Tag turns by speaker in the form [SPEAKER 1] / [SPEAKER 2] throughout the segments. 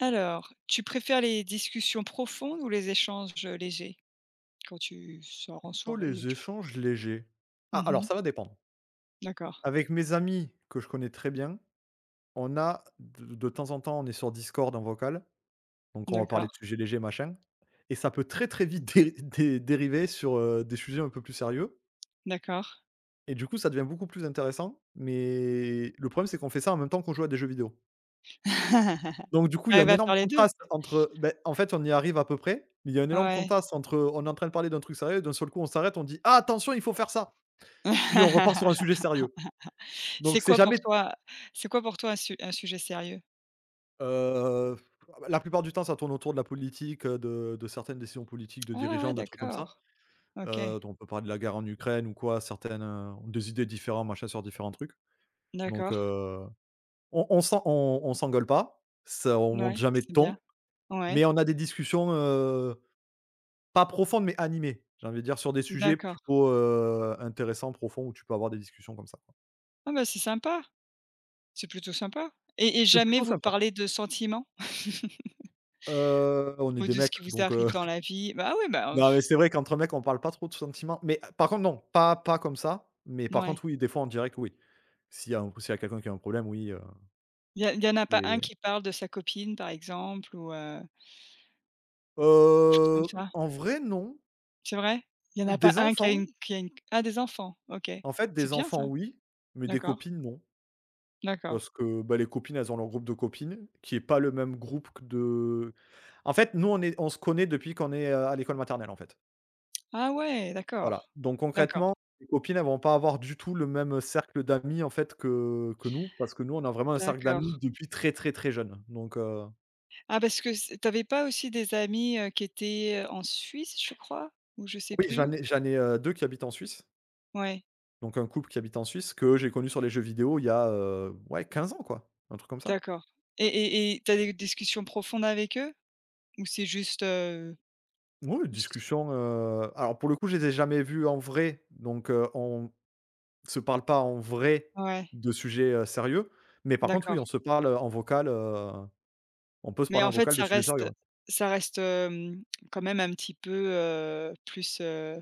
[SPEAKER 1] Alors, tu préfères les discussions profondes ou les échanges légers? Quand tu sors en
[SPEAKER 2] Tous
[SPEAKER 1] soirée,
[SPEAKER 2] les
[SPEAKER 1] tu vois?
[SPEAKER 2] échanges légers. Ah, alors
[SPEAKER 1] Mmh.
[SPEAKER 2] ça va dépendre.
[SPEAKER 1] D'accord,
[SPEAKER 2] Avec mes amis que je connais très bien, on a de temps en temps, on est sur Discord en vocal, donc on va parler
[SPEAKER 1] d'accord,
[SPEAKER 2] de sujets légers, machin, et ça peut très, très vite dé dé dériver sur, des sujets un peu plus sérieux
[SPEAKER 1] d'accord.
[SPEAKER 2] et du coup, ça devient beaucoup plus intéressant, mais le problème, c'est qu'on fait ça en même temps qu'on joue à des jeux vidéo. Donc du coup,
[SPEAKER 1] Tu
[SPEAKER 2] il y a
[SPEAKER 1] arrives
[SPEAKER 2] un
[SPEAKER 1] à
[SPEAKER 2] énorme
[SPEAKER 1] faire les 2.
[SPEAKER 2] contraste entre, beh, en fait, on y arrive à peu près, mais il y a un énorme
[SPEAKER 1] Ouais.
[SPEAKER 2] contraste entre, on est en train de parler d'un truc sérieux et d'un seul coup, on s'arrête, on dit: «Ah attention, il faut faire ça!» puis on repart sur un sujet sérieux.
[SPEAKER 1] C'est
[SPEAKER 2] Donc c'est
[SPEAKER 1] quoi
[SPEAKER 2] jamais.
[SPEAKER 1] pour toi, c'est quoi pour toi un sujet sérieux?
[SPEAKER 2] Heu, la plupart du temps, ça tourne autour de la politique, de certaines décisions politiques de
[SPEAKER 1] Ah ouais,
[SPEAKER 2] dirigeants, de trucs comme ça.
[SPEAKER 1] d'accord. OK.
[SPEAKER 2] Donc on peut parler de la guerre en Ukraine ou quoi, certaines, ont des idées différentes, machin sur différents trucs. Donc
[SPEAKER 1] D'accord.
[SPEAKER 2] heu, on s'engueule pas, ça on monte
[SPEAKER 1] Ouais,
[SPEAKER 2] jamais de
[SPEAKER 1] c'est bien.
[SPEAKER 2] ton,
[SPEAKER 1] Ouais,
[SPEAKER 2] mais on a des discussions, pas profondes, mais animées. J'ai envie de dire sur des sujets
[SPEAKER 1] d'accord.
[SPEAKER 2] plutôt, intéressants, profonds où tu peux avoir des discussions comme ça, quoi.
[SPEAKER 1] Ah bah, c'est sympa, c'est plutôt sympa, et
[SPEAKER 2] C'est
[SPEAKER 1] jamais
[SPEAKER 2] plutôt
[SPEAKER 1] vous
[SPEAKER 2] sympa.
[SPEAKER 1] parlez de sentiments?
[SPEAKER 2] On est
[SPEAKER 1] Ou
[SPEAKER 2] des
[SPEAKER 1] de ce
[SPEAKER 2] mecs
[SPEAKER 1] qui vous
[SPEAKER 2] donc.
[SPEAKER 1] arrive dans la vie? Bah, ouais, bah,
[SPEAKER 2] Non, mais c'est vrai qu'entre mecs, on parle pas trop de sentiments. Mais par contre, non, pas comme ça. Mais par
[SPEAKER 1] ouais.
[SPEAKER 2] contre, oui, des fois, en direct, oui. S'il y a quelqu'un qui a un problème, oui,
[SPEAKER 1] Il y en a pas un
[SPEAKER 2] c'est
[SPEAKER 1] qui parle de sa copine, par exemple, ou quelque chose comme ça?
[SPEAKER 2] en vrai, non.
[SPEAKER 1] C'est vrai? Il y en a pas
[SPEAKER 2] Des
[SPEAKER 1] un qui a
[SPEAKER 2] enfants,
[SPEAKER 1] une qui a une ah, des enfants, OK.
[SPEAKER 2] en fait,
[SPEAKER 1] C'est
[SPEAKER 2] des
[SPEAKER 1] bien ça.
[SPEAKER 2] enfants, oui, mais des
[SPEAKER 1] D'accord,
[SPEAKER 2] copines, non.
[SPEAKER 1] d'accord.
[SPEAKER 2] Parce que, bah, les copines, elles ont leur groupe de copines qui est pas le même groupe que de en fait, nous, on se connaît depuis qu'on est, à l'école maternelle, en fait.
[SPEAKER 1] Ah ouais,
[SPEAKER 2] Voilà,
[SPEAKER 1] d'accord,
[SPEAKER 2] donc
[SPEAKER 1] d'accord,
[SPEAKER 2] concrètement, les copines, elles vont pas avoir du tout le même cercle d'amis, en fait, que nous, parce que nous, on a vraiment un cercle
[SPEAKER 1] d'accord.
[SPEAKER 2] d'amis depuis très, très, très jeune,
[SPEAKER 1] Ah parce que c tu pas aussi des amis, qui étaient, en Suisse, je crois? Ou je sais
[SPEAKER 2] oui,
[SPEAKER 1] plus?
[SPEAKER 2] j'en ai, 2 qui habitent en Suisse,
[SPEAKER 1] Ouais,
[SPEAKER 2] donc un couple qui habite en Suisse, que j'ai connu sur les jeux vidéo il y a, ouais, 15 ans, quoi, un truc comme ça.
[SPEAKER 1] d'accord, et tu des discussions profondes avec eux? Ou c'est juste,
[SPEAKER 2] Oui,
[SPEAKER 1] s
[SPEAKER 2] discussion, alors pour le coup, je les ai jamais vus en vrai, on se parle pas en vrai
[SPEAKER 1] ouais,
[SPEAKER 2] de sujets, sérieux, mais par contre, oui,
[SPEAKER 1] d'accord.
[SPEAKER 2] on se parle, en vocal, on peut se
[SPEAKER 1] Mais
[SPEAKER 2] parler
[SPEAKER 1] en
[SPEAKER 2] en
[SPEAKER 1] fait,
[SPEAKER 2] vocal de
[SPEAKER 1] ça
[SPEAKER 2] sujets
[SPEAKER 1] reste
[SPEAKER 2] sérieux, ouais.
[SPEAKER 1] ça reste, hem, quand même un petit peu, plus,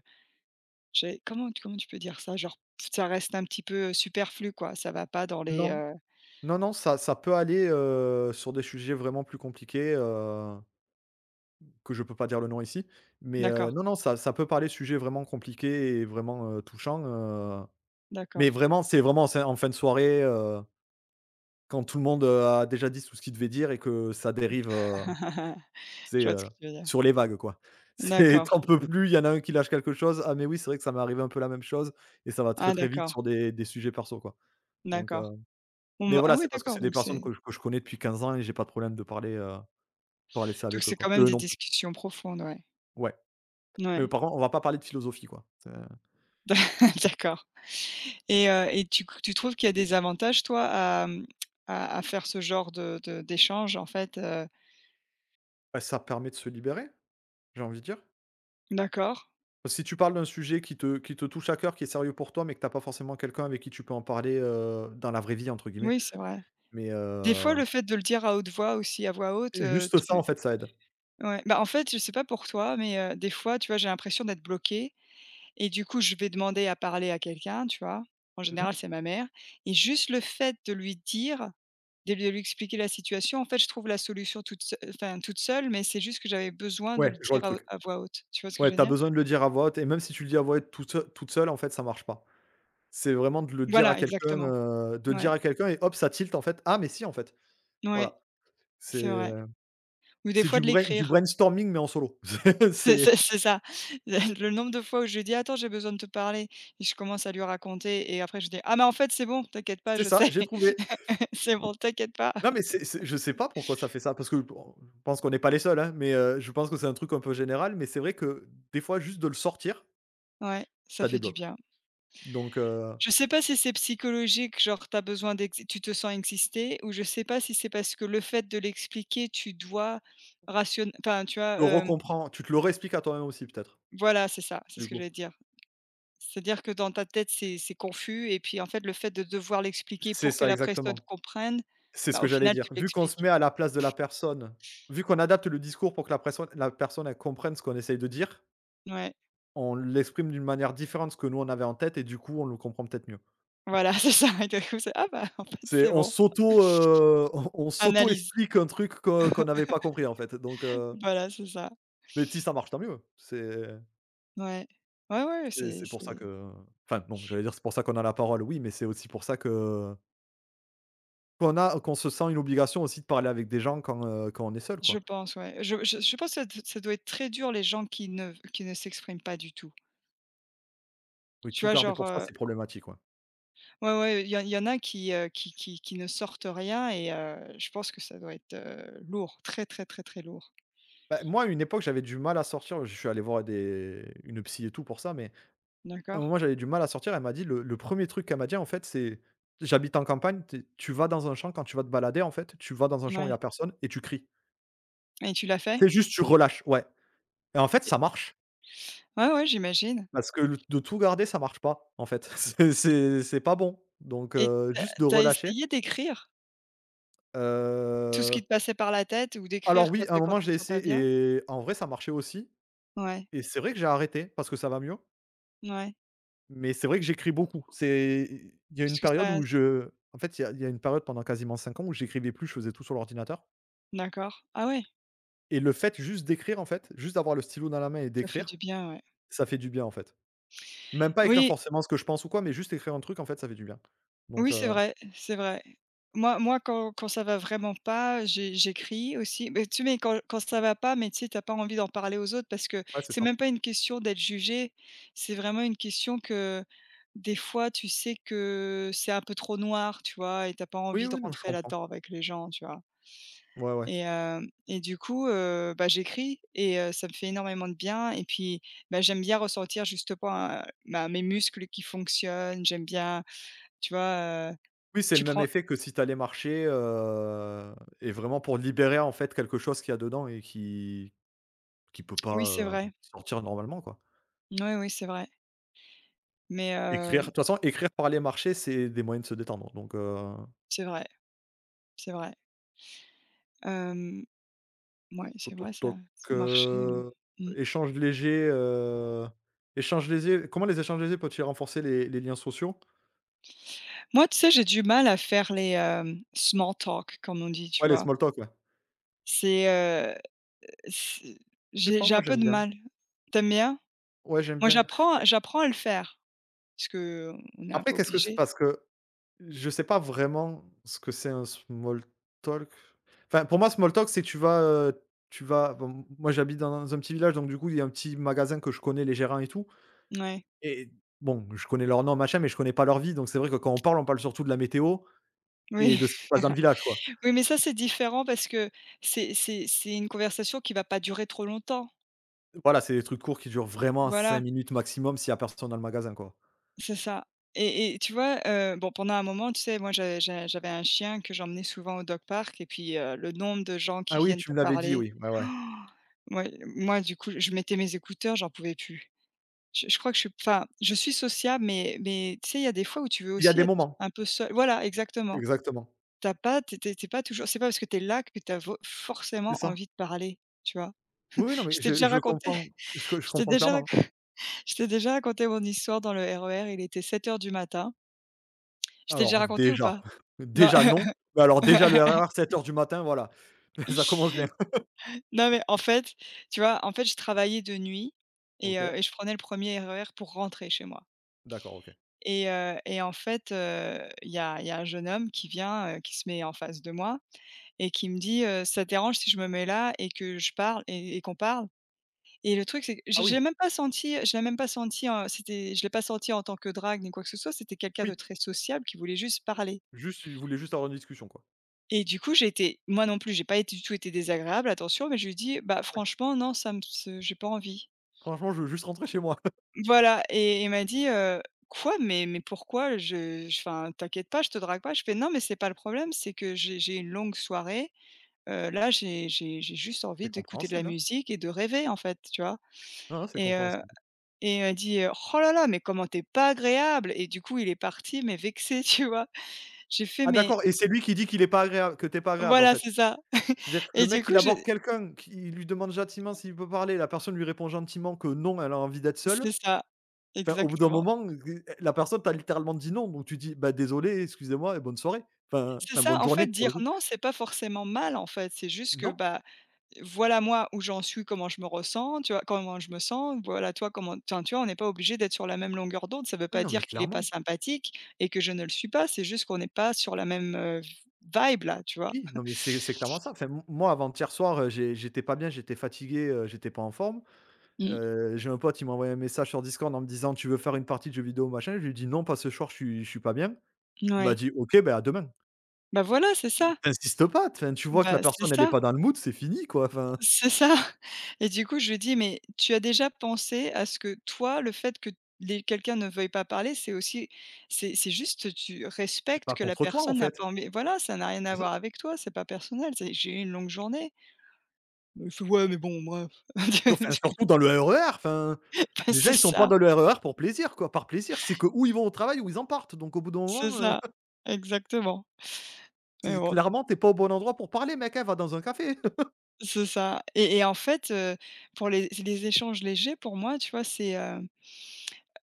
[SPEAKER 1] j'ai comment tu peux dire ça? Genre, ça reste un petit peu superflu, quoi, ça va pas dans les,
[SPEAKER 2] Non.
[SPEAKER 1] heu
[SPEAKER 2] Non, non, ça peut aller, sur des sujets vraiment plus compliqués, que je peux pas dire le nom ici. Mais,
[SPEAKER 1] d'accord,
[SPEAKER 2] non, non, ça peut parler de sujets vraiment compliqués et vraiment, touchants. Mais
[SPEAKER 1] d'accord.
[SPEAKER 2] vraiment, c'est en fin de soirée, quand tout le monde, a déjà dit tout ce qu'il devait dire et que ça dérive, tu
[SPEAKER 1] Je
[SPEAKER 2] sais,
[SPEAKER 1] vois ce que tu veux dire.
[SPEAKER 2] sur les vagues, quoi. C'est
[SPEAKER 1] D'accord.
[SPEAKER 2] tu en peux plus, il y en a un qui lâche quelque chose: «Ah mais oui, c'est vrai que ça m'est arrivé un peu la même chose» et ça va très,
[SPEAKER 1] Ah
[SPEAKER 2] très vite
[SPEAKER 1] d'accord,
[SPEAKER 2] sur des sujets perso, quoi. Donc, heu,
[SPEAKER 1] d'accord. Bon,
[SPEAKER 2] mais
[SPEAKER 1] bah, ah
[SPEAKER 2] voilà,
[SPEAKER 1] oui,
[SPEAKER 2] c'est parce que
[SPEAKER 1] d'accord,
[SPEAKER 2] c'est des
[SPEAKER 1] donc
[SPEAKER 2] personnes
[SPEAKER 1] c'est,
[SPEAKER 2] que je connais depuis 15 ans et j'ai pas de problème de parler. Pour aller se
[SPEAKER 1] donc
[SPEAKER 2] avec eux,
[SPEAKER 1] c'est quand
[SPEAKER 2] quoi.
[SPEAKER 1] même
[SPEAKER 2] Eux
[SPEAKER 1] des
[SPEAKER 2] non plus.
[SPEAKER 1] discussions profondes, ouais.
[SPEAKER 2] Ouais. Mais
[SPEAKER 1] Ouais.
[SPEAKER 2] par contre, on va pas parler de philosophie, quoi. C'est
[SPEAKER 1] D'accord, et tu trouves qu'il y a des avantages toi à, mmh, à faire ce genre de d'échange en fait, heu
[SPEAKER 2] bah, ça permet de se libérer, j'ai envie de dire.
[SPEAKER 1] d'accord.
[SPEAKER 2] Si tu parles d'un sujet qui te touche à cœur, qui est sérieux pour toi, mais que t'as pas forcément quelqu'un avec qui tu peux en parler, «dans la vraie vie» entre guillemets,
[SPEAKER 1] Oui, c'est vrai.
[SPEAKER 2] mais
[SPEAKER 1] Des fois, le fait de le dire à haute voix aussi, à voix haute,
[SPEAKER 2] juste ça, en
[SPEAKER 1] tu
[SPEAKER 2] fait, ça aide.
[SPEAKER 1] ouais, bah, en fait, je sais pas pour toi, mais des fois, tu vois, j'ai l'impression d'être bloquée et du coup, je vais demander à parler à quelqu'un, tu vois? En
[SPEAKER 2] Mmh.
[SPEAKER 1] général, c'est ma mère et juste le fait de lui dire, de lui expliquer la situation, en fait, je trouve la solution toute seule, mais c'est juste que j'avais besoin de le
[SPEAKER 2] Ouais, je vois le
[SPEAKER 1] dire à haut
[SPEAKER 2] truc.
[SPEAKER 1] à voix haute. Tu vois ce que je
[SPEAKER 2] Ouais,
[SPEAKER 1] veux
[SPEAKER 2] t'as
[SPEAKER 1] dire?
[SPEAKER 2] besoin de le dire à voix haute et même si tu le dis à voix haute toute seule, en fait, ça marche pas. C'est vraiment de le dire à
[SPEAKER 1] Voilà,
[SPEAKER 2] quelqu'un,
[SPEAKER 1] exactement.
[SPEAKER 2] de le dire
[SPEAKER 1] Ouais,
[SPEAKER 2] à quelqu'un et hop, ça tilt, en fait. «Ah mais si, en fait».
[SPEAKER 1] ouais,
[SPEAKER 2] Voilà. C'est,
[SPEAKER 1] c'est vrai. Ou des
[SPEAKER 2] c'est
[SPEAKER 1] fois de
[SPEAKER 2] du
[SPEAKER 1] l'écrire.
[SPEAKER 2] brainstorming mais en solo.
[SPEAKER 1] C'est
[SPEAKER 2] C'est
[SPEAKER 1] c'est c'est ça. Le nombre de fois où je lui dis: «Attends, j'ai besoin de te parler» et je commence à lui raconter et après je dis: «Ah mais en fait, c'est bon, t'inquiète pas,
[SPEAKER 2] C'est
[SPEAKER 1] je
[SPEAKER 2] ça,
[SPEAKER 1] sais,
[SPEAKER 2] j'ai trouvé.
[SPEAKER 1] c'est bon, t'inquiète pas.»
[SPEAKER 2] Non, mais c'est je sais pas pourquoi ça fait ça, parce que bon, je pense qu'on n'est pas les seuls, hein, mais je pense que c'est un truc un peu général, mais c'est vrai que des fois, juste de le sortir,
[SPEAKER 1] Ouais, ça
[SPEAKER 2] ça
[SPEAKER 1] fait du
[SPEAKER 2] débloque.
[SPEAKER 1] bien.
[SPEAKER 2] Donc heu,
[SPEAKER 1] Je sais pas si c'est psychologique, genre t'as besoin d'ex tu te sens exister, ou je sais pas si c'est parce que le fait de l'expliquer, tu dois rationner, enfin tu vois,
[SPEAKER 2] le recomprends, tu te le réexpliques à toi-même aussi peut-être,
[SPEAKER 1] voilà, c'est ça, c'est ce
[SPEAKER 2] du
[SPEAKER 1] que
[SPEAKER 2] coup.
[SPEAKER 1] j'allais dire. C'est-à-dire que dans ta tête, c'est confus et puis en fait, le fait de devoir l'expliquer
[SPEAKER 2] C'est
[SPEAKER 1] pour que
[SPEAKER 2] ça,
[SPEAKER 1] la personne
[SPEAKER 2] exactement.
[SPEAKER 1] comprenne,
[SPEAKER 2] C'est ce
[SPEAKER 1] bah, au
[SPEAKER 2] que j'allais
[SPEAKER 1] final,
[SPEAKER 2] dire.
[SPEAKER 1] tu
[SPEAKER 2] Vu qu'on se
[SPEAKER 1] l'expliques.
[SPEAKER 2] met à la place de la personne, vu qu'on adapte le discours pour que la personne elle comprenne ce qu'on essaye de dire,
[SPEAKER 1] Ouais.
[SPEAKER 2] on l'exprime d'une manière différente de ce que nous on avait en tête et du coup, on le comprend peut-être mieux.
[SPEAKER 1] Voilà, c'est ça et d'un coup c'est: «Ah bah, en fait,
[SPEAKER 2] C'est
[SPEAKER 1] c'est bon.»
[SPEAKER 2] on
[SPEAKER 1] Analyse.
[SPEAKER 2] s'auto-explique un truc qu'on n'avait pas compris, en fait,
[SPEAKER 1] Voilà, c'est ça.
[SPEAKER 2] mais si ça marche, tant mieux. C'est
[SPEAKER 1] Ouais. Ouais, ouais,
[SPEAKER 2] c'est
[SPEAKER 1] c'est
[SPEAKER 2] c'est pour ça
[SPEAKER 1] c'est
[SPEAKER 2] que enfin non, j'allais dire c'est pour ça qu'on a la parole, oui, mais c'est aussi pour ça que qu'on se sent une obligation aussi de parler avec des gens quand, quand on est seul,
[SPEAKER 1] je
[SPEAKER 2] quoi.
[SPEAKER 1] pense, ouais. Je pense que ça doit être très dur, les gens qui ne s'expriment pas du tout.
[SPEAKER 2] Oui,
[SPEAKER 1] Tu
[SPEAKER 2] tout
[SPEAKER 1] vois,
[SPEAKER 2] garder
[SPEAKER 1] genre,
[SPEAKER 2] pour soi, c'est problématique, ouais.
[SPEAKER 1] ouais, ouais, il y en a qui, qui ne sortent rien et je pense que ça doit être, lourd, très, très, très, très lourd.
[SPEAKER 2] Bah, moi, à une époque, j'avais du mal à sortir, je suis allé voir des une psy et tout pour ça, mais à un
[SPEAKER 1] D'accord?
[SPEAKER 2] moment, j'avais du mal à sortir. Elle m'a dit le 1 truc qu'elle m'a dit, en fait, c'est: «J'habite en campagne, tu vas dans un champ quand tu vas te balader, en fait, tu vas dans un champ où il y a
[SPEAKER 1] Ouais,
[SPEAKER 2] personne et tu cries.
[SPEAKER 1] et tu l'as fait?
[SPEAKER 2] C'est juste tu relâches». Ouais et en fait,
[SPEAKER 1] Et
[SPEAKER 2] ça marche
[SPEAKER 1] ouais, ouais, j'imagine,
[SPEAKER 2] parce que le de tout garder, ça marche pas, en fait. C'est pas bon
[SPEAKER 1] et
[SPEAKER 2] juste de
[SPEAKER 1] t'as as
[SPEAKER 2] relâcher,
[SPEAKER 1] essayé d'écrire tout ce
[SPEAKER 2] heu,
[SPEAKER 1] qui te passait par la tête ou
[SPEAKER 2] alors
[SPEAKER 1] d'écrire quand,
[SPEAKER 2] oui, à un
[SPEAKER 1] quand
[SPEAKER 2] moment,
[SPEAKER 1] tu te
[SPEAKER 2] j'ai
[SPEAKER 1] sens pas bien?
[SPEAKER 2] essayé et en vrai, ça marchait aussi
[SPEAKER 1] Ouais,
[SPEAKER 2] et c'est vrai que j'ai arrêté parce que ça va mieux.
[SPEAKER 1] ouais.
[SPEAKER 2] Mais c'est vrai que j'écris beaucoup. C'est il y a une
[SPEAKER 1] Parce que
[SPEAKER 2] période
[SPEAKER 1] ça
[SPEAKER 2] où je En fait, il y a une période pendant quasiment 5 ans où j'écrivais plus, je faisais tout sur l'ordinateur
[SPEAKER 1] d'accord. Ah ouais,
[SPEAKER 2] et le fait juste d'écrire, en fait, juste d'avoir le stylo dans la main et
[SPEAKER 1] ça fait
[SPEAKER 2] d'écrire,
[SPEAKER 1] du bien, ouais.
[SPEAKER 2] ça fait du bien, en fait. Même pas écrire
[SPEAKER 1] Oui,
[SPEAKER 2] forcément ce que je pense ou quoi, mais juste écrire un truc, en fait, ça fait du bien. Donc
[SPEAKER 1] oui, c'est vrai, c'est vrai. Moi, quand ça va vraiment pas, j'écris aussi. Mais tu sais, quand ça va pas, mais tu sais, t'as pas envie d'en parler aux autres parce que
[SPEAKER 2] ouais, c'est
[SPEAKER 1] c'est
[SPEAKER 2] ça.
[SPEAKER 1] même pas une question d'être jugé, c'est vraiment une question que, des fois, tu sais que c'est un peu trop noir, tu vois? Et t'as pas
[SPEAKER 2] Oui,
[SPEAKER 1] envie de
[SPEAKER 2] oui, non, je
[SPEAKER 1] rentrer
[SPEAKER 2] comprends.
[SPEAKER 1] là-dedans avec les gens, tu vois?
[SPEAKER 2] Ouais, ouais.
[SPEAKER 1] Et du coup, bah, j'écris et ça me fait énormément de bien et puis, bah, j'aime bien ressentir justement, bah, mes muscles qui fonctionnent. J'aime bien, tu vois,
[SPEAKER 2] Oui, c'est
[SPEAKER 1] tu
[SPEAKER 2] le même
[SPEAKER 1] prends
[SPEAKER 2] effet que si t'allais marcher, et vraiment pour libérer, en fait, quelque chose qu'il y a dedans et qui peut
[SPEAKER 1] oui,
[SPEAKER 2] pas,
[SPEAKER 1] c'est vrai.
[SPEAKER 2] sortir normalement, quoi.
[SPEAKER 1] Oui, oui, c'est vrai. Mais
[SPEAKER 2] Écrire, de
[SPEAKER 1] heu,
[SPEAKER 2] toute façon, écrire, parler, marcher, c'est des moyens de se détendre,
[SPEAKER 1] c'est vrai, c'est vrai. Hem, ouais,
[SPEAKER 2] toc,
[SPEAKER 1] c'est
[SPEAKER 2] toc,
[SPEAKER 1] vrai ça,
[SPEAKER 2] toc,
[SPEAKER 1] marcher
[SPEAKER 2] heu,
[SPEAKER 1] mmh.
[SPEAKER 2] échanges légers, heu, échanges légers comment les échanges légers peuvent-ils renforcer les liens sociaux?
[SPEAKER 1] Moi, tu sais, j'ai du mal à faire les, small talk, comme on dit, tu
[SPEAKER 2] Ouais, les
[SPEAKER 1] vois?
[SPEAKER 2] small talk, ouais.
[SPEAKER 1] C'est, heu, c'est
[SPEAKER 2] Je sais pas,
[SPEAKER 1] j'ai un
[SPEAKER 2] moi
[SPEAKER 1] peu
[SPEAKER 2] j'aime
[SPEAKER 1] de
[SPEAKER 2] bien.
[SPEAKER 1] mal. Tu aimes bien?
[SPEAKER 2] Ouais, j'aime
[SPEAKER 1] Moi,
[SPEAKER 2] bien.
[SPEAKER 1] j'apprends à le faire. Parce que on est un
[SPEAKER 2] Après,
[SPEAKER 1] peu
[SPEAKER 2] qu'est-ce que c'est?
[SPEAKER 1] obligé.
[SPEAKER 2] Parce que je sais pas vraiment ce que c'est un small talk. Enfin, pour moi, small talk, c'est que tu vas bon, moi j'habite dans un petit village, donc du coup, il y a un petit magasin que je connais les gérants et tout.
[SPEAKER 1] Ouais.
[SPEAKER 2] Et bon, je connais leur nom, machin, mais je connais pas leur vie, donc c'est vrai que quand on parle surtout de la météo et
[SPEAKER 1] Oui,
[SPEAKER 2] de ce qui se passe dans le village, quoi.
[SPEAKER 1] oui, mais ça, c'est différent parce que c'est une conversation qui va pas durer trop longtemps.
[SPEAKER 2] Voilà, c'est des trucs courts qui durent vraiment
[SPEAKER 1] Voilà,
[SPEAKER 2] 5 minutes maximum s'il y a personne dans le magasin, quoi.
[SPEAKER 1] c'est ça, et tu vois, bon, pendant un moment, tu sais, moi, j'avais un chien que j'emmenais souvent au dog park et puis, le nombre de gens qui
[SPEAKER 2] Ah oui,
[SPEAKER 1] viennent
[SPEAKER 2] tu
[SPEAKER 1] te
[SPEAKER 2] me l'avais dit,
[SPEAKER 1] parler.
[SPEAKER 2] oui, ouais, ouais.
[SPEAKER 1] Moi moi, du coup, je mettais mes écouteurs, j'en pouvais plus. Je crois que je suis sociable, mais tu sais, il y a des fois où tu veux
[SPEAKER 2] Il y a
[SPEAKER 1] aussi
[SPEAKER 2] des
[SPEAKER 1] être
[SPEAKER 2] moments,
[SPEAKER 1] un peu seul. Voilà, exactement.
[SPEAKER 2] exactement,
[SPEAKER 1] T'as pas t'es étais tu pas toujours c'est pas parce que t'es là que t'as vo
[SPEAKER 2] c'est
[SPEAKER 1] forcément
[SPEAKER 2] ça.
[SPEAKER 1] envie de parler, tu vois?
[SPEAKER 2] Oui, oui, non, mais
[SPEAKER 1] Je t'ai
[SPEAKER 2] je
[SPEAKER 1] déjà
[SPEAKER 2] je
[SPEAKER 1] raconté
[SPEAKER 2] comprends, je
[SPEAKER 1] je t'ai
[SPEAKER 2] comprends
[SPEAKER 1] déjà rac
[SPEAKER 2] clairement.
[SPEAKER 1] Je t'ai déjà raconté mon histoire dans le RER, il était sept heures du matin. Je t'ai déjà
[SPEAKER 2] Alors
[SPEAKER 1] raconté ou
[SPEAKER 2] déjà,
[SPEAKER 1] pas? Non.
[SPEAKER 2] déjà non, mais alors déjà le R R R, 7 heures du matin, voilà, ça commence bien.
[SPEAKER 1] Non, mais en fait, tu vois, en fait, je travaillais de nuit et
[SPEAKER 2] OK,
[SPEAKER 1] heu et je prenais le 1er RER pour rentrer chez moi,
[SPEAKER 2] d'accord, OK.
[SPEAKER 1] et en fait, il y a un jeune homme qui vient, qui se met en face de moi et qui me dit: «Ça te dérange si je me mets là et que je parle et qu'on parle?» Et le truc, c'est que
[SPEAKER 2] Ah
[SPEAKER 1] j'ai
[SPEAKER 2] oui,
[SPEAKER 1] même pas senti je l'ai pas senti en tant que drague ni quoi que ce soit, c'était quelqu'un de
[SPEAKER 2] oui,
[SPEAKER 1] très sociable qui voulait juste parler.
[SPEAKER 2] juste, il voulait juste avoir une discussion, quoi.
[SPEAKER 1] Et du coup, j'ai été, moi non plus, j'ai pas été du tout été désagréable, attention, mais je lui ai dit: «Bah, franchement, non, ça me ce j'ai pas envie.»
[SPEAKER 2] Franchement, je veux juste rentrer chez moi.
[SPEAKER 1] Voilà, et il m'a dit: «Quoi? Mais pourquoi? T'inquiète pas, je te drague pas.» Je fais: «Non, mais c'est pas le problème, c'est que j'ai une longue soirée, là, j'ai juste envie
[SPEAKER 2] C'est
[SPEAKER 1] d'écouter de la
[SPEAKER 2] compréhensible, hein.
[SPEAKER 1] musique et de rêver, en fait», tu vois?
[SPEAKER 2] Non, non, c'est
[SPEAKER 1] Et
[SPEAKER 2] compréhensible.
[SPEAKER 1] Elle dit: «Oh là là, mais comment t'es pas agréable!» et du coup, il est parti, mais vexé, tu vois? J'ai fait:
[SPEAKER 2] Ah
[SPEAKER 1] «Mais.»
[SPEAKER 2] d'accord, et c'est lui qui dit qu'il est pas agréable, que t'es pas agréable en
[SPEAKER 1] Voilà,
[SPEAKER 2] fait?
[SPEAKER 1] c'est ça,
[SPEAKER 2] C'est-à-dire que
[SPEAKER 1] et
[SPEAKER 2] le
[SPEAKER 1] du
[SPEAKER 2] mec il
[SPEAKER 1] coup, je
[SPEAKER 2] aborde quelqu'un qui il lui demande gentiment s'il peut parler, la personne lui répond gentiment que non, elle a envie d'être seule.
[SPEAKER 1] c'est ça,
[SPEAKER 2] Enfin au bout d'un
[SPEAKER 1] exactement.
[SPEAKER 2] moment, la personne t'a littéralement dit non, donc tu dis: «Bah désolé, excusez-moi et bonne soirée». Enfin
[SPEAKER 1] C'est
[SPEAKER 2] enfin
[SPEAKER 1] ça,
[SPEAKER 2] bonne
[SPEAKER 1] en
[SPEAKER 2] journée
[SPEAKER 1] fait,
[SPEAKER 2] pour le
[SPEAKER 1] dire
[SPEAKER 2] coup.
[SPEAKER 1] non, c'est pas forcément mal, en fait. C'est juste que,
[SPEAKER 2] Non,
[SPEAKER 1] bah, voilà, moi où j'en suis, comment je me ressens, tu vois? Comment je me sens, voilà toi comment, enfin, tu vois, on n'est pas obligé d'être sur la même longueur d'onde. Ça veut
[SPEAKER 2] oui,
[SPEAKER 1] pas
[SPEAKER 2] non mais
[SPEAKER 1] dire qu'il est pas
[SPEAKER 2] clairement.
[SPEAKER 1] sympathique et que je ne le suis pas, c'est juste qu'on n'est pas sur la même, vibe là, tu vois?
[SPEAKER 2] Oui, non mais c'est clairement ça. Enfin m moi avant-hier soir, j'étais pas bien, j'étais fatigué, j'étais pas en forme.
[SPEAKER 1] Mmh,
[SPEAKER 2] J'ai un pote, il m'a envoyé un message sur Discord en me disant: «Tu veux faire une partie de jeux vidéo machin?». Je lui ai dit: «Non pas ce soir, je suis pas bien». Il m'a
[SPEAKER 1] ouais.
[SPEAKER 2] dit: «OK, ben à demain».
[SPEAKER 1] Bah, voilà, c'est ça.
[SPEAKER 2] Tu pas, enfin, Tu vois que la
[SPEAKER 1] Bah, c'est
[SPEAKER 2] personne elle est
[SPEAKER 1] ça,
[SPEAKER 2] pas dans le mood, c'est fini quoi, enfin,
[SPEAKER 1] c'est ça, et du coup, je lui dis: «Mais tu as déjà pensé à ce que toi, le fait que les quelqu'un ne veuille pas parler, c'est aussi, c'est juste tu
[SPEAKER 2] c'est
[SPEAKER 1] respectes
[SPEAKER 2] pas
[SPEAKER 1] que la
[SPEAKER 2] contre toi en
[SPEAKER 1] personne n'a
[SPEAKER 2] fait,
[SPEAKER 1] pas envie», voilà, ça n'a rien à
[SPEAKER 2] c'est ça.
[SPEAKER 1] voir avec toi, c'est pas personnel, c'est: «J'ai eu une longue journée.» Il fait: «Ouais, mais bon, bref.»
[SPEAKER 2] Enfin, surtout dans le RER, enfin,
[SPEAKER 1] Bah,
[SPEAKER 2] déjà ils sont pas dans le RER pour plaisir quoi, par plaisir, c'est que ou ils vont au travail ou ils en partent, donc au bout d'un
[SPEAKER 1] c'est
[SPEAKER 2] moment,
[SPEAKER 1] ça, exactement, mais
[SPEAKER 2] c'est
[SPEAKER 1] bon,
[SPEAKER 2] clairement tu es pas au bon endroit pour parler mec, hein, va dans un café.
[SPEAKER 1] c'est ça, et en fait, pour les échanges légers, pour moi, tu vois, c'est,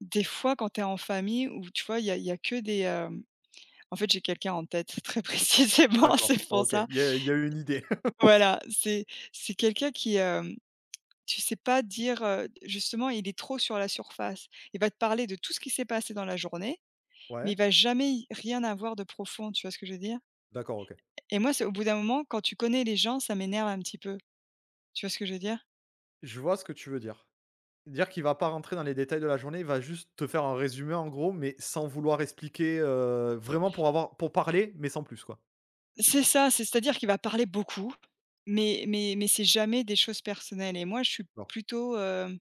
[SPEAKER 1] des fois quand tu es en famille où tu vois, il y a que des, euh, en fait, j'ai quelqu'un en tête très précisément,
[SPEAKER 2] D'accord,
[SPEAKER 1] c'est pour
[SPEAKER 2] OK,
[SPEAKER 1] ça.
[SPEAKER 2] il y a eu une idée.
[SPEAKER 1] Voilà, c'est quelqu'un qui, tu sais pas dire, justement, il est trop sur la surface. Il va te parler de tout ce qui s'est passé dans la journée, mais
[SPEAKER 2] Ouais,
[SPEAKER 1] il va jamais y rien avoir de profond, tu vois ce que je veux dire?
[SPEAKER 2] d'accord, OK.
[SPEAKER 1] Et moi, c'est au bout d'un moment, quand tu connais les gens, ça m'énerve un petit peu, tu vois ce que je veux dire?
[SPEAKER 2] Je vois ce que tu veux dire. Dire qu'il va pas rentrer dans les détails de la journée, il va juste te faire un résumé en gros, mais sans vouloir expliquer, vraiment pour parler, mais sans plus quoi.
[SPEAKER 1] C'est ça, c'est-à-dire qu'il va parler beaucoup, mais c'est jamais des choses personnelles, et moi, je suis
[SPEAKER 2] Non,
[SPEAKER 1] plutôt, hem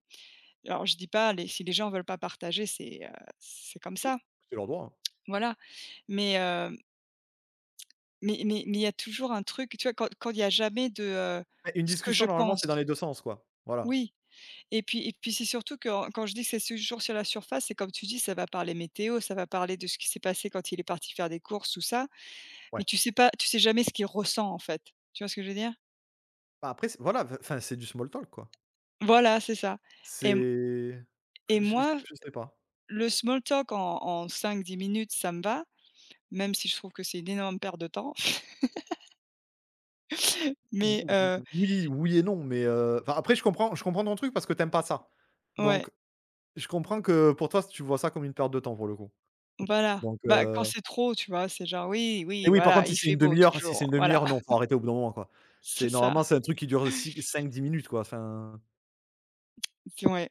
[SPEAKER 1] alors je dis pas, les si les gens veulent pas partager, c'est, comme ça,
[SPEAKER 2] c'est leur droit, hein.
[SPEAKER 1] voilà. Mais, mais il y a toujours un truc, tu vois? Quand il y a jamais de,
[SPEAKER 2] Bah, une
[SPEAKER 1] ce que je
[SPEAKER 2] discussion normalement, c'est dans
[SPEAKER 1] pense.
[SPEAKER 2] les 2 sens, quoi. Voilà,
[SPEAKER 1] Oui, et puis, c'est surtout quand je dis que c'est toujours sur la surface, c'est comme tu dis, ça va parler météo, ça va parler de ce qui s'est passé quand il est parti faire des courses, tout ça, mais
[SPEAKER 2] ouais.
[SPEAKER 1] tu sais jamais ce qu'il ressent, en fait. Tu vois ce que je veux dire?
[SPEAKER 2] Bah, après c'est voilà, enfin, c'est du small talk, quoi.
[SPEAKER 1] Voilà, c'est ça, et
[SPEAKER 2] C'est
[SPEAKER 1] et
[SPEAKER 2] je je
[SPEAKER 1] moi,
[SPEAKER 2] je sais pas.
[SPEAKER 1] le small talk en 5-10 minutes, ça me va, même si je trouve que c'est une énorme perte de temps, mais,
[SPEAKER 2] Ou
[SPEAKER 1] heu,
[SPEAKER 2] Oui, oui et non, mais enfin, après je comprends ton truc parce que t'aimes pas ça.
[SPEAKER 1] ouais.
[SPEAKER 2] Donc je comprends que pour toi, tu vois ça comme une perte de temps, pour le coup.
[SPEAKER 1] Voilà,
[SPEAKER 2] Donc
[SPEAKER 1] bah, quand
[SPEAKER 2] heu,
[SPEAKER 1] c'est trop, tu vois? C'est genre: «Oui, oui,
[SPEAKER 2] mais oui, par
[SPEAKER 1] voilà,
[SPEAKER 2] contre, si
[SPEAKER 1] il
[SPEAKER 2] c'est
[SPEAKER 1] fait
[SPEAKER 2] une
[SPEAKER 1] beau
[SPEAKER 2] demi heure si c'est
[SPEAKER 1] toujours»,
[SPEAKER 2] une demi
[SPEAKER 1] voilà,
[SPEAKER 2] heure, non, faut arrêter au bout d'un moment, quoi.
[SPEAKER 1] c'est
[SPEAKER 2] C'est
[SPEAKER 1] ça,
[SPEAKER 2] normalement, c'est un truc qui dure 5, 10 minutes, quoi. Enfin,
[SPEAKER 1] d ouais,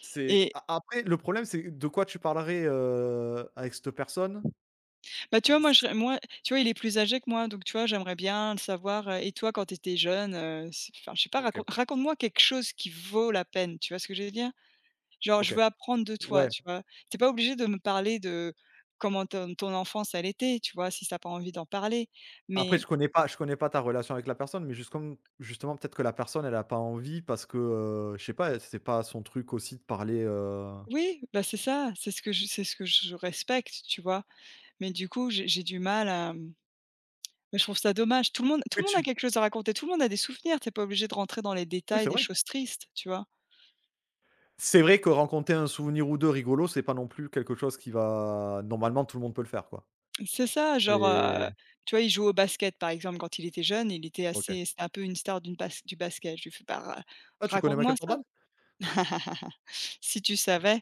[SPEAKER 2] c'est
[SPEAKER 1] et
[SPEAKER 2] a après, le problème, c'est de quoi tu parlerais, avec cette personne?
[SPEAKER 1] bah, tu vois, moi, je
[SPEAKER 2] C
[SPEAKER 1] moi, tu vois, il est plus âgé que moi, donc tu vois, j'aimerais bien le savoir, et toi, quand tu étais jeune, c'est, enfin, je sais pas,
[SPEAKER 2] OK,
[SPEAKER 1] raconte-moi quelque chose qui vaut la peine, tu vois ce que je veux dire? Genre, je
[SPEAKER 2] OK.
[SPEAKER 1] veux apprendre de toi,
[SPEAKER 2] Ouais,
[SPEAKER 1] tu vois? T'es pas obligé de me parler de comment ton enfance, elle était, tu vois? Si t'as pas envie d'en parler,
[SPEAKER 2] après
[SPEAKER 1] mais
[SPEAKER 2] je connais pas ta relation avec la personne, mais juste comme justement peut-être que la personne elle a pas envie parce que, je sais pas, c'est pas son truc aussi de parler,
[SPEAKER 1] oui, bah, c'est ça, c'est ce que je respecte, tu vois? Mais du coup, j'ai du mal à. Mais je trouve ça dommage. Tout
[SPEAKER 2] oui
[SPEAKER 1] le monde a
[SPEAKER 2] tu
[SPEAKER 1] quelque chose à raconter, tout le monde a des souvenirs. T'es pas obligé de rentrer dans les
[SPEAKER 2] oui
[SPEAKER 1] détails
[SPEAKER 2] c'est
[SPEAKER 1] des
[SPEAKER 2] vrai.
[SPEAKER 1] choses tristes, tu vois?
[SPEAKER 2] C'est vrai que rencontrer un souvenir ou 2 rigolo, c'est pas non plus quelque chose qui va normalement tout le monde peut le faire quoi.
[SPEAKER 1] C'est ça, genre,
[SPEAKER 2] C'est
[SPEAKER 1] tu vois, il joue au basket, par exemple, quand il était jeune, il était
[SPEAKER 2] OK.
[SPEAKER 1] assez, c'était un peu une star d'une bas du basket. Je lui fais: «Bah, ra
[SPEAKER 2] Ah tu connais
[SPEAKER 1] raconte-moi
[SPEAKER 2] Michael
[SPEAKER 1] ça.»
[SPEAKER 2] Jordan?
[SPEAKER 1] Si tu savais,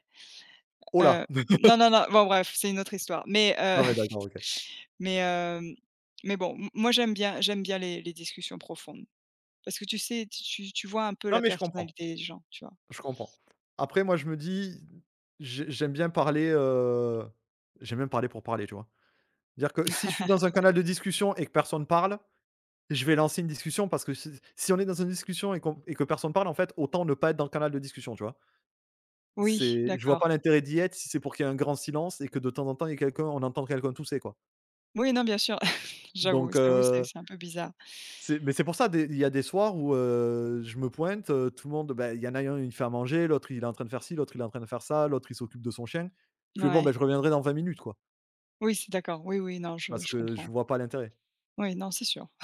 [SPEAKER 2] Oh là!
[SPEAKER 1] heu non, non, non, bon bref, c'est une autre histoire. Mais,
[SPEAKER 2] Non mais d'accord, OK.
[SPEAKER 1] mais, hem, mais bon, m moi j'aime bien les discussions profondes parce que tu sais, tu vois un peu
[SPEAKER 2] Non
[SPEAKER 1] la
[SPEAKER 2] mais
[SPEAKER 1] personnalité des gens, tu vois?
[SPEAKER 2] je comprends. Après moi je me dis, j'ai j'aime bien parler, heu, j'aime bien parler pour parler, tu vois? Dire que si je suis dans un canal de discussion et que personne parle, je vais lancer une discussion parce que si on est dans une discussion et qu'on et que personne parle, en fait, autant ne pas être dans le canal de discussion, tu vois?
[SPEAKER 1] Oui,
[SPEAKER 2] C'est je vois pas
[SPEAKER 1] d'accord.
[SPEAKER 2] l'intérêt d'y être si c'est pour qu'il y ait un grand silence et que de temps en temps, il y ait quelqu'un on entende quelqu'un tousser, quoi.
[SPEAKER 1] Oui, non, bien sûr.
[SPEAKER 2] Donc
[SPEAKER 1] J'avoue, c'est un peu bizarre.
[SPEAKER 2] c'est Mais c'est pour ça des il y a des soirs où, je me pointe, tout le monde, bah, il y en a un, il fait à manger, l'autre, il est en train de faire ci, l'autre, il est en train de faire ça, l'autre, il s'occupe de son chien. Je fais: «Bon, bah,
[SPEAKER 1] Ouais.
[SPEAKER 2] je reviendrai dans 20 minutes», quoi,
[SPEAKER 1] Oui, c'est d'accord. Oui, oui, non,
[SPEAKER 2] parce
[SPEAKER 1] je
[SPEAKER 2] que je
[SPEAKER 1] comprends.
[SPEAKER 2] vois pas l'intérêt.
[SPEAKER 1] Oui, non, c'est sûr.